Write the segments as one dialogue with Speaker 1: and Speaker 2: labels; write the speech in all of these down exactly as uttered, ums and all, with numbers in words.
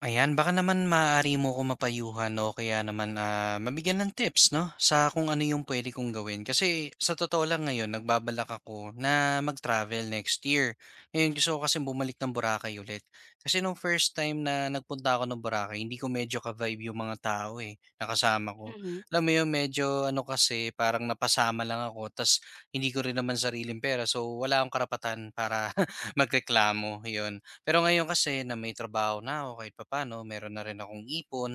Speaker 1: Ayan, baka naman maaari mo ko mapayuhan no kaya naman ah, mabigyan ng tips 'no, sa kung ano yung pwede kong gawin. Kasi sa totoo lang ngayon nagbabalak ako na mag-travel next year. Ngayon gusto ko kasi bumalik ng Boracay ulit. Kasi nung first time na nagpunta ako ng Boracay hindi ko medyo ka-vibe yung mga tao, eh, na kasama ko.
Speaker 2: Mhm,
Speaker 1: Alam mo yun medyo ano kasi parang napasama lang ako ta's hindi ko rin naman sariling pera so wala akong karapatan para magreklamo, yun. Pero ngayon kasi na may trabaho na ako kahit papaano, meron na rin akong ipon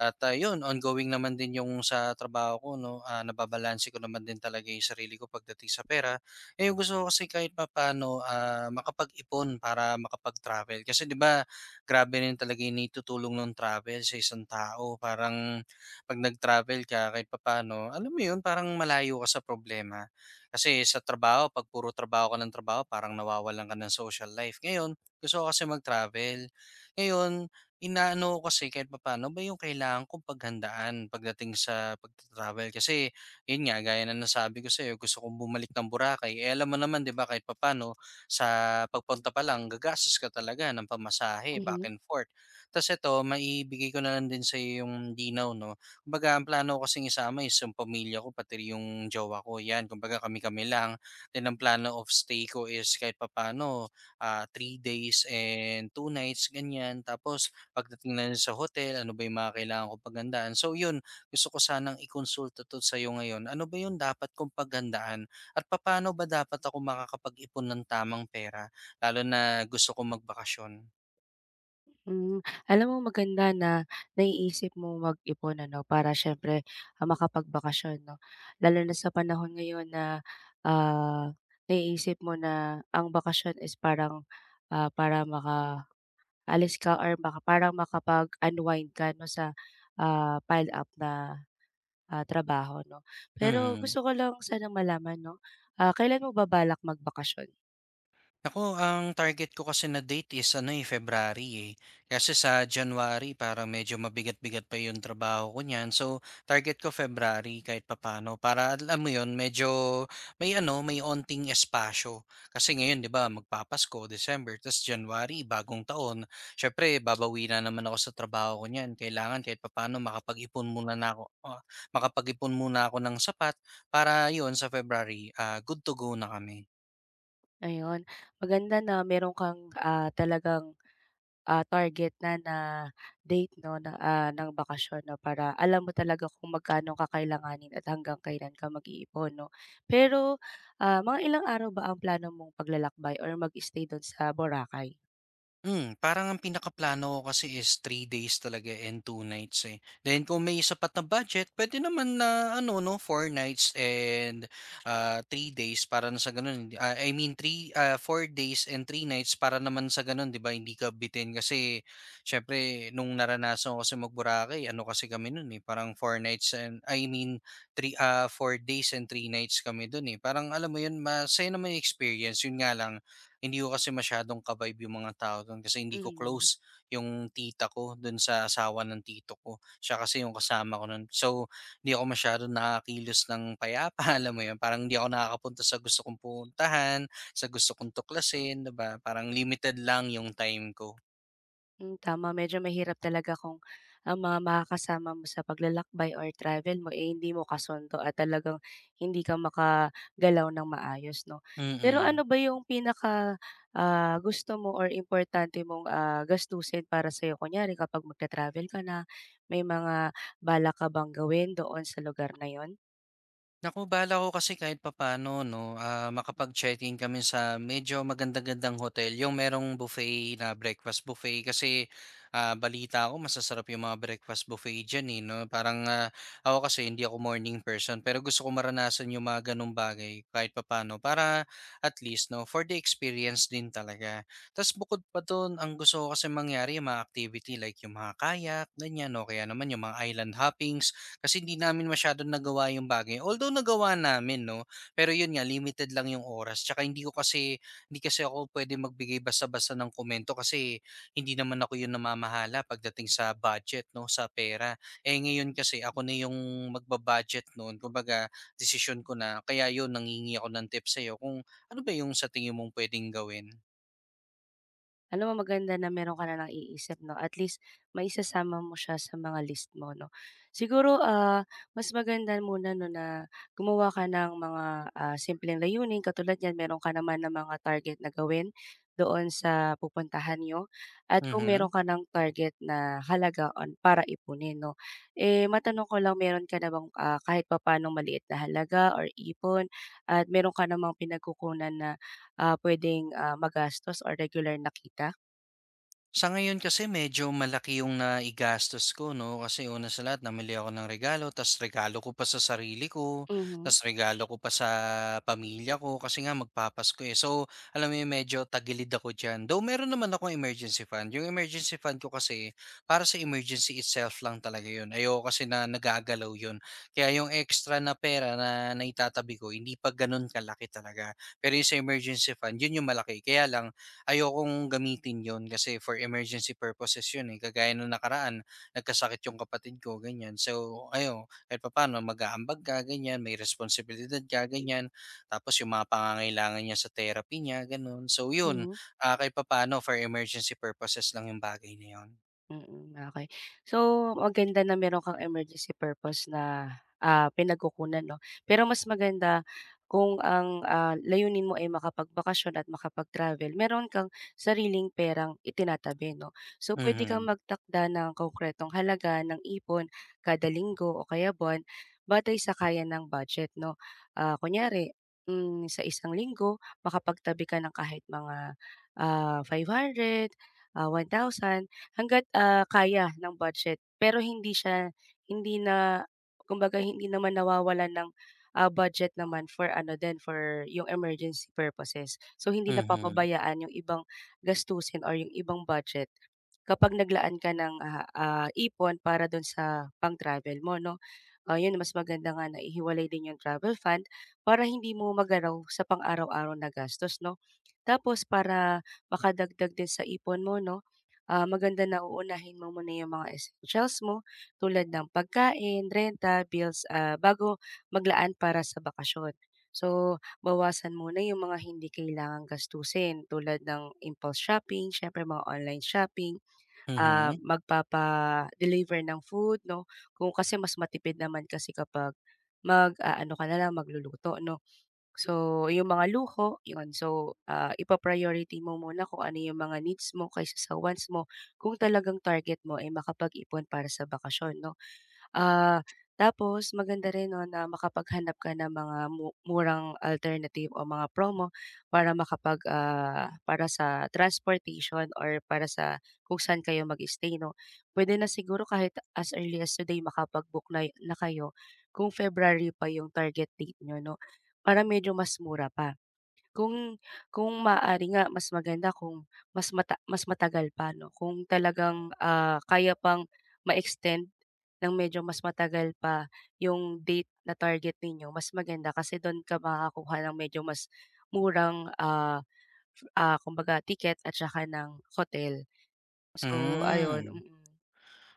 Speaker 1: at ah, 'yun ongoing naman din yung sa trabaho ko 'no, ah, nababalanse ko naman din talaga yung sarili ko pagdating sa pera. Eh, yung gusto ko kasi kahit papaano, ah, makapag-ipon para makapag-travel kasi 'di ba, grabe rin talaga yung naitutulong nung travel sa isang tao. Parang 'pag nag-travel ka kahit papaano, alam mo 'yun, parang malayo ka sa problema. Kasi sa trabaho 'pag puro trabaho ka ng trabaho parang nawawalan ka ng social life. Ngayon gusto ko kasi mag-travel. Ngayon, inaano ko kasi kahit papaano ba yung kailangan kong paghandaan pagdating sa pag travel kasi yun nga gaya ng nasabi ko sa'yo gusto kong bumalik ng Boracay. Eh, alam mo naman 'di ba kahit papaano sa pagpunta pa lang gagastos ka talaga ng pamasahe back
Speaker 2: mhm,
Speaker 1: and forth. Tapos ito maibigay ko na lang din sa yung linaw 'no. Kumbaga ang plano ko kasing isama is yung pamilya ko pati yung jowa ko 'yan. Kumbaga kami-kami lang. Then ang plano of stay ko is kahit papano ah, three days and two nights, ganyan. Tapos pagdating na rin sa hotel, ano ba yung mga kailangan kong paghandaan. So yun, gusto ko sanang ikonsulta to sa'yo ngayon. Ano ba yung dapat kong paghandaan at paano ba dapat ako makakapag-ipon ng tamang pera lalo na gusto kong magbakasyon?
Speaker 2: hmm. Alam mo maganda na naiisip mo mag-ipon ano, para siyempre, ah, makapagbakasyon 'no. Lalo na sa panahon ngayon na, ah, naiisip mo na ang bakasyon is parang, ah, para makaalis ka or maka parang makapag-unwind ka 'no sa, ah, pile up na, ah, trabaho 'no. Pero
Speaker 1: Mhm.
Speaker 2: gusto ko lang sanang malaman 'no, ah, kailan mo ba balak magbakasyon?
Speaker 1: Ako, ang target ko kasi na date is ano eh, February eh. Kasi sa January parang medyo mabigat-bigat pa yung trabaho ko niyan. So, target ko February kahit papano. Para alam mo yun, medyo may ano, may onting espasyo. Kasi ngayon, di ba, magpapasko, December, tas January, bagong taon. Syempre, babawi na naman ako sa trabaho ko niyan. Kailangan kahit papano makapag-ipon muna na ako, ah, makapag-ipon muna ako ng sapat para yun sa February, ah, good to go na kami.
Speaker 2: Ayun, maganda na meron kang, ah, talagang ah, target na na date 'no na, ah, ng bakasyon 'no para alam mo talaga kung magkano kakailanganin at hanggang kailan ka mag-iipon 'no. Pero, ah, mga ilang araw ba ang plano mong paglalakbay or mag-stay dun sa Boracay?
Speaker 1: Hmm, parang ang pinakaplano ko kasi is three days talaga and two nights, eh. Then kung may sapat na budget pwede naman na ano 'no, four nights and, ah, three days para na sa gano'n ah, I mean three ah, four days and three nights para naman sa gano'n 'di ba hindi ka bitin. Kasi siyempre nung naranasan ko kasi mag-Boracay ano kasi kami no'n, eh, parang four nights and I mean three ah, four days and three nights kami do'n, eh. Parang alam mo 'yun masaya naman yung experience, 'yun nga lang hindi ko kasi masyadong ka-vibe yung mga tao dun kasi hindi ko
Speaker 2: Mhm.
Speaker 1: close yung tita ko dun sa asawa ng tito ko. Siya kasi yung kasama ko nun. So, hindi ako masyadong nakakakilos ng payapa, alam mo yun? Parang hindi ako nakakapunta sa gusto kong puntahan, sa gusto kong tuklasin, 'di ba? Parang limited lang yung time ko.
Speaker 2: Hmm, tama medyo mahirap talaga kung ang mga makakasama mo sa paglalakbay or travel mo, eh, hindi mo kasundo at talagang hindi ka makagalaw ng maayos 'no. Pero
Speaker 1: Mm.
Speaker 2: ano ba yung pinaka, ah, gusto mo or importante mong, ah, gastusin para sa'yo? Kunyari kapag magta-travel ka na, may mga balak ka bang gawin doon sa lugar na yun?
Speaker 1: Naku, bala ko kasi kahit papaano 'no, ah, makapag-check-in kami sa medyo maganda-gandang hotel, yung merong buffet na breakfast buffet. Kasi, ah, balita ko masasarap yung mga breakfast buffet diyan, eh, 'no. Parang, ah, ako kasi hindi ako morning person, pero gusto ko maranasan yung mga gano'ng bagay kahit papaano para at least 'no, for the experience din talaga. Tapos bukod pa do'n, ang gusto ko kasi mangyari yung mga activity like yung mga kayak, ganiyan o kaya naman yung mga island hoppings. Kasi hindi namin masyadong nagawa yung bagay. Although nagawa namin 'no, pero yun nga limited lang yung oras tsaka hindi ko kasi hindi kasi ako pwede magbigay basta-basta ng komento kasi hindi naman ako yung namamahala pagdating sa budget 'no, sa pera. Eh, ngayon kasi ako na yung magba-budget no'n kumbaga desisyon ko na kaya yun nanghingi ako ng tips sa'yo kung ano ba yung sa tingin mong puwedeng gawin?
Speaker 2: Alam mo maganda na meron ka na ng iisip 'no, at least maisasama mo siya sa mga list mo 'no. Siguro, ah, mas maganda muna 'no na gumawa ka ng mga, ah, simpleng layunin katulad niyan meron ka naman ng mga target na gawin doon sa pupuntahan niyo at kung
Speaker 1: Mhm.
Speaker 2: meron ka ng target na halaga on para ipunin 'no. Eh, matanong ko lang meron ka na bang, ah, kahit papaanong maliit na halaga or ipon at meron ka namang pinagkukunan na, ah, puwedeng, ah, magastos or regular na kita?
Speaker 1: Sa ngayon kasi medyo malaki yung naigastos ko 'no, kasi una sa lahat namili ako ng regalo tas regalo ko pa sa sarili ko,
Speaker 2: Mhm,
Speaker 1: tas regalo ko pa sa pamilya ko kasi nga magpapasko, eh. So, alam mo yun medyo tagilid ako diyan. Though meron naman akong emergency fund, yung emergency fund ko kasi para sa emergency itself lang talaga yun. Ayoko kasi na nagagalaw yun. Kaya yung extra na pera na naitatabi ko hindi pa ganun kalaki talaga. Pero yung sa emergency fund yun yung malaki. Kaya lang ayokong gamitin 'yon kasi for emergency purposes 'yun, eh. Kagaya nung nakaraan nagkasakit yung kapatid ko, ganiyan. So, ayo, kahit papaano mag-aambag ka, ganiyan, may responsibilidad ka, ganiyan. Tapos yung mga pangangailangan niya sa therapy niya, gano'n. So 'yun,
Speaker 2: mhm.
Speaker 1: ah, kahit papaano for emergency purposes lang yung bagay na 'yun.
Speaker 2: Mm, okey. So, maganda na meron kang emergency purpose na, ah, pinagkukunan 'no. Pero mas maganda kung ang, ah, layunin mo ay makapagbakasyon at makapag-travel, meron kang sariling perang itinatabi 'no. So, puwede kang
Speaker 1: Mhm,
Speaker 2: magtakda ng konkretong halaga ng ipon kada linggo o kaya buwan batay sa kaya ng budget 'no. Ah, kunyari, hmm, sa isang linggo makapagtabi ka ng kahit mga, ah, five hundred ah, one thousand hangga't, ah, kaya ng budget. Pero hindi siya hindi na kumbaga hindi naman nawawalan ng, ah, budget naman for ano din, for yung emergency purposes. So, hindi
Speaker 1: mhm,
Speaker 2: napapabayaan yung ibang gastusin or yung ibang budget kapag naglaan ka ng, ah, ah, ipon para dun sa pang-travel mo 'no. Ah, yun mas maganda nga na ihiwalay din yung travel fund para hindi mo magaraw sa pang-araw-araw na gastos 'no. Tapos para makadagdag din sa ipon mo 'no, ah, maganda na uunahin mo muna yung mga essentials mo tulad ng pagkain, renta, bills, ah, bago maglaan para sa bakasyon. So, bawasan muna yung mga hindi kailangang gastusin tulad ng impulse shopping, syempre mga online shopping, ah,
Speaker 1: mhm,
Speaker 2: magpapa-deliver ng food, no? Kung kasi mas matipid naman kasi kapag mag ah, ano ka na lang, magluluto, no? So, yung mga luho, yun. So, ah, ipa-priority mo muna kung ano yung mga needs mo kaysa sa wants mo kung talagang target mo ay makapag-ipon para sa bakasyon 'no. Ah, Tapos maganda rin 'no na makapaghanap ka ng mga mu murang alternative o mga promo para makapag, ah, para sa transportation or para sa kung saan kayo mag-stay 'no. Puwede na siguro kahit as early as today makapag-book na na kayo kung February pa yung target date niyo 'no, para medyo mas mura pa. Kung kung maaari nga mas maganda kung mas mata mas matagal pa 'no, kung talagang, ah, kaya pang ma-extend ng medyo mas matagal pa yung date na target ninyo, mas maganda kasi dun ka makakakuha ng medyo mas murang, ah, ah, kumbaga ticket at saka ng hotel. So ayun,
Speaker 1: hmm.
Speaker 2: mm.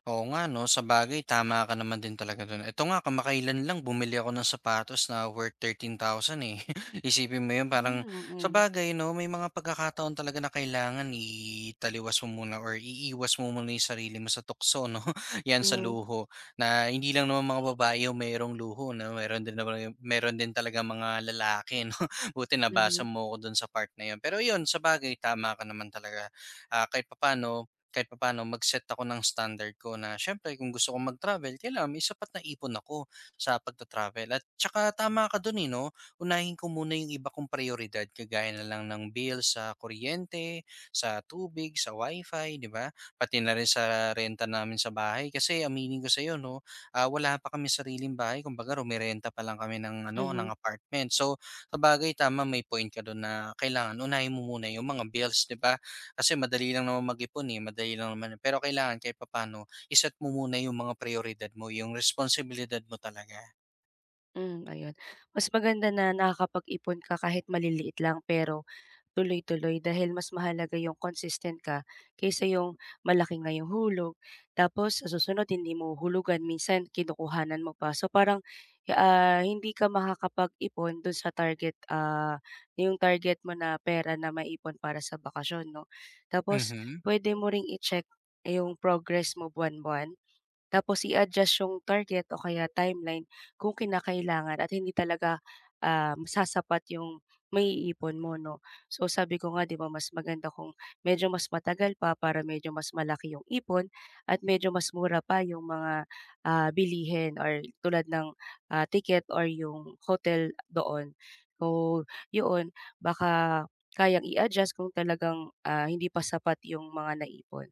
Speaker 1: Oo nga 'no, sa bagay tama ka naman din talaga dun. Eto nga kamakailan lang bumili ako ng sapatos na worth thirteen thousand eh. Isipin mo 'yun parang
Speaker 2: Hmm,
Speaker 1: sa
Speaker 2: mm.
Speaker 1: bagay 'no, may mga pagkakataon talaga na kailangan italiwas mo muna or iiwas mo muna 'yung sarili mo sa tukso 'no, 'yan sa
Speaker 2: Mhm,
Speaker 1: luho. Na hindi lang naman mga babae 'yung mayroong luho 'no, meron din naman meron din talaga mga lalaki 'no. Buti
Speaker 2: mhm,
Speaker 1: nabasa mo ko dun sa part na 'yun. Pero 'yun, sa bagay tama ka naman talaga. Ah, kahit papaano kahit papaano mag-set ako ng standard ko na siyempre kung gusto kong mag-travel, kailangan may sapat na ipon ako sa pagta-travel. At tsaka tama ka dun eh, no? Unahin ko muna yung iba kong prioridad, kagaya na lang ng bill sa kuryente, sa tubig, sa wifi, di ba? Pati na rin sa renta namin sa bahay. Kasi aminin ko sa iyo, no? ah, wala pa kami sariling bahay. Kumbaga, rumirenta pa lang kami ng, ano, ng
Speaker 2: mhm,
Speaker 1: apartment. So, sa bagay, tama, may point ka doon na kailangan unahin mo muna yung mga bills, di ba? Kasi madali lang naman mag-ipon, eh, madali lang naman pero kailangan kahit papano, i-set mo muna yung mga prioridad mo, yung responsibilidad mo talaga.
Speaker 2: hmm, ayun. Mas maganda na nakakapag-ipon ka kahit maliliit lang pero tuloy-tuloy dahil mas mahalaga yung consistent ka kaysa yung malaki nga yung hulog, tapos sa susunod hindi mo hulugan minsan kinukuhanan mo pa. So parang, ah, hindi ka makakapag-ipon dun sa target, ah, yung target mo na pera na maipon para sa bakasyon 'no. Tapos
Speaker 1: Mhm.
Speaker 2: pwede mo ring i-check yung progress mo buwan-buwan tapos i-adjust yung target o kaya timeline kung kinakailangan at hindi talaga, um, sasapat yung maiipon mo 'no. So sabi ko nga 'di ba mas maganda kung medyo mas matagal pa para medyo mas malaki yung ipon at medyo mas mura pa yung mga, ah, bilihin or tulad ng, ah, ticket or yung hotel doon. So yun, baka kayang i-adjust kung talagang, ah, hindi pa sapat yung mga naipon.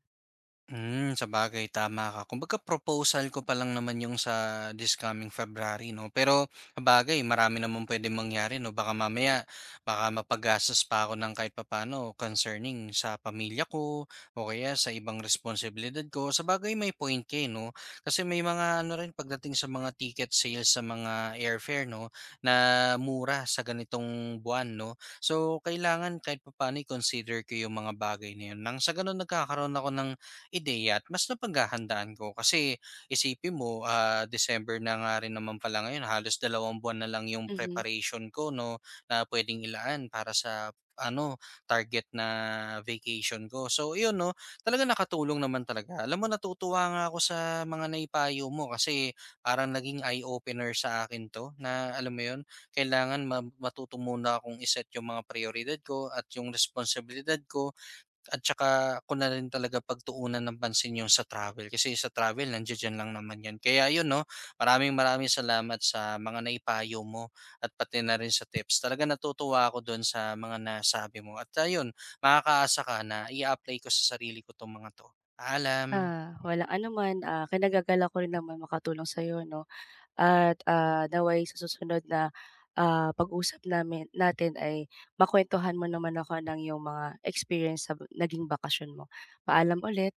Speaker 1: Hmm, sabagay tama ka. Kumbaga proposal ko pa lang naman yung sa this coming February 'no. Pero sabagay marami namang puwedeng mangyari 'no. Baka mamaya baka mapagastos pa ako ng kahit papano concerning sa pamilya ko o kaya sa ibang responsibilidad ko. Sa bagay may point ka, eh, 'no. Kasi may mga ano rin pagdating sa mga ticket sales sa mga airfare 'no, na mura sa ganitong buwan 'no. So kailangan kahit papaano i-consider ko yung mga bagay na yun. Nang sa gano'n nagkakaroon ako ng ideya at mas napaghahandaan ko. Kasi isipin mo, ah, December na nga rin naman pala ngayon, halos dalawang buwan na lang yung
Speaker 2: Mhm.
Speaker 1: preparation ko no, na pwedeng ilaan para sa ano, target na vacation ko. So, yun, no, talaga nakatulong naman talaga. Alam mo, natutuwa nga ako sa mga naipayo mo kasi parang naging eye-opener sa akin to na, alam mo yun, kailangan ma- matuto muna akong iset yung mga prioridad ko at yung responsibilidad ko at tsaka ko na rin talaga pagtuunan ng pansin yung sa travel, kasi sa travel nandiya lang naman 'yan. Kaya yun 'no, maraming maraming salamat sa mga naipayo mo at pati na rin sa tips. Talagang natutuwa ako do'n sa mga nasabi mo at ayun, makakaasa ka na i-a-apply ko sa sarili ko 'tong mga 'to. Paalam.
Speaker 2: Ah, walang anuman, ah, kinagagala ko rin naman makatulong sa sa'yo 'no at, ah, naway sa susunod na, ah, pag-usap namin natin ay makuwentuhan mo naman ako ng iyong mga experience sa b- naging bakasyon mo. Paalam ulit.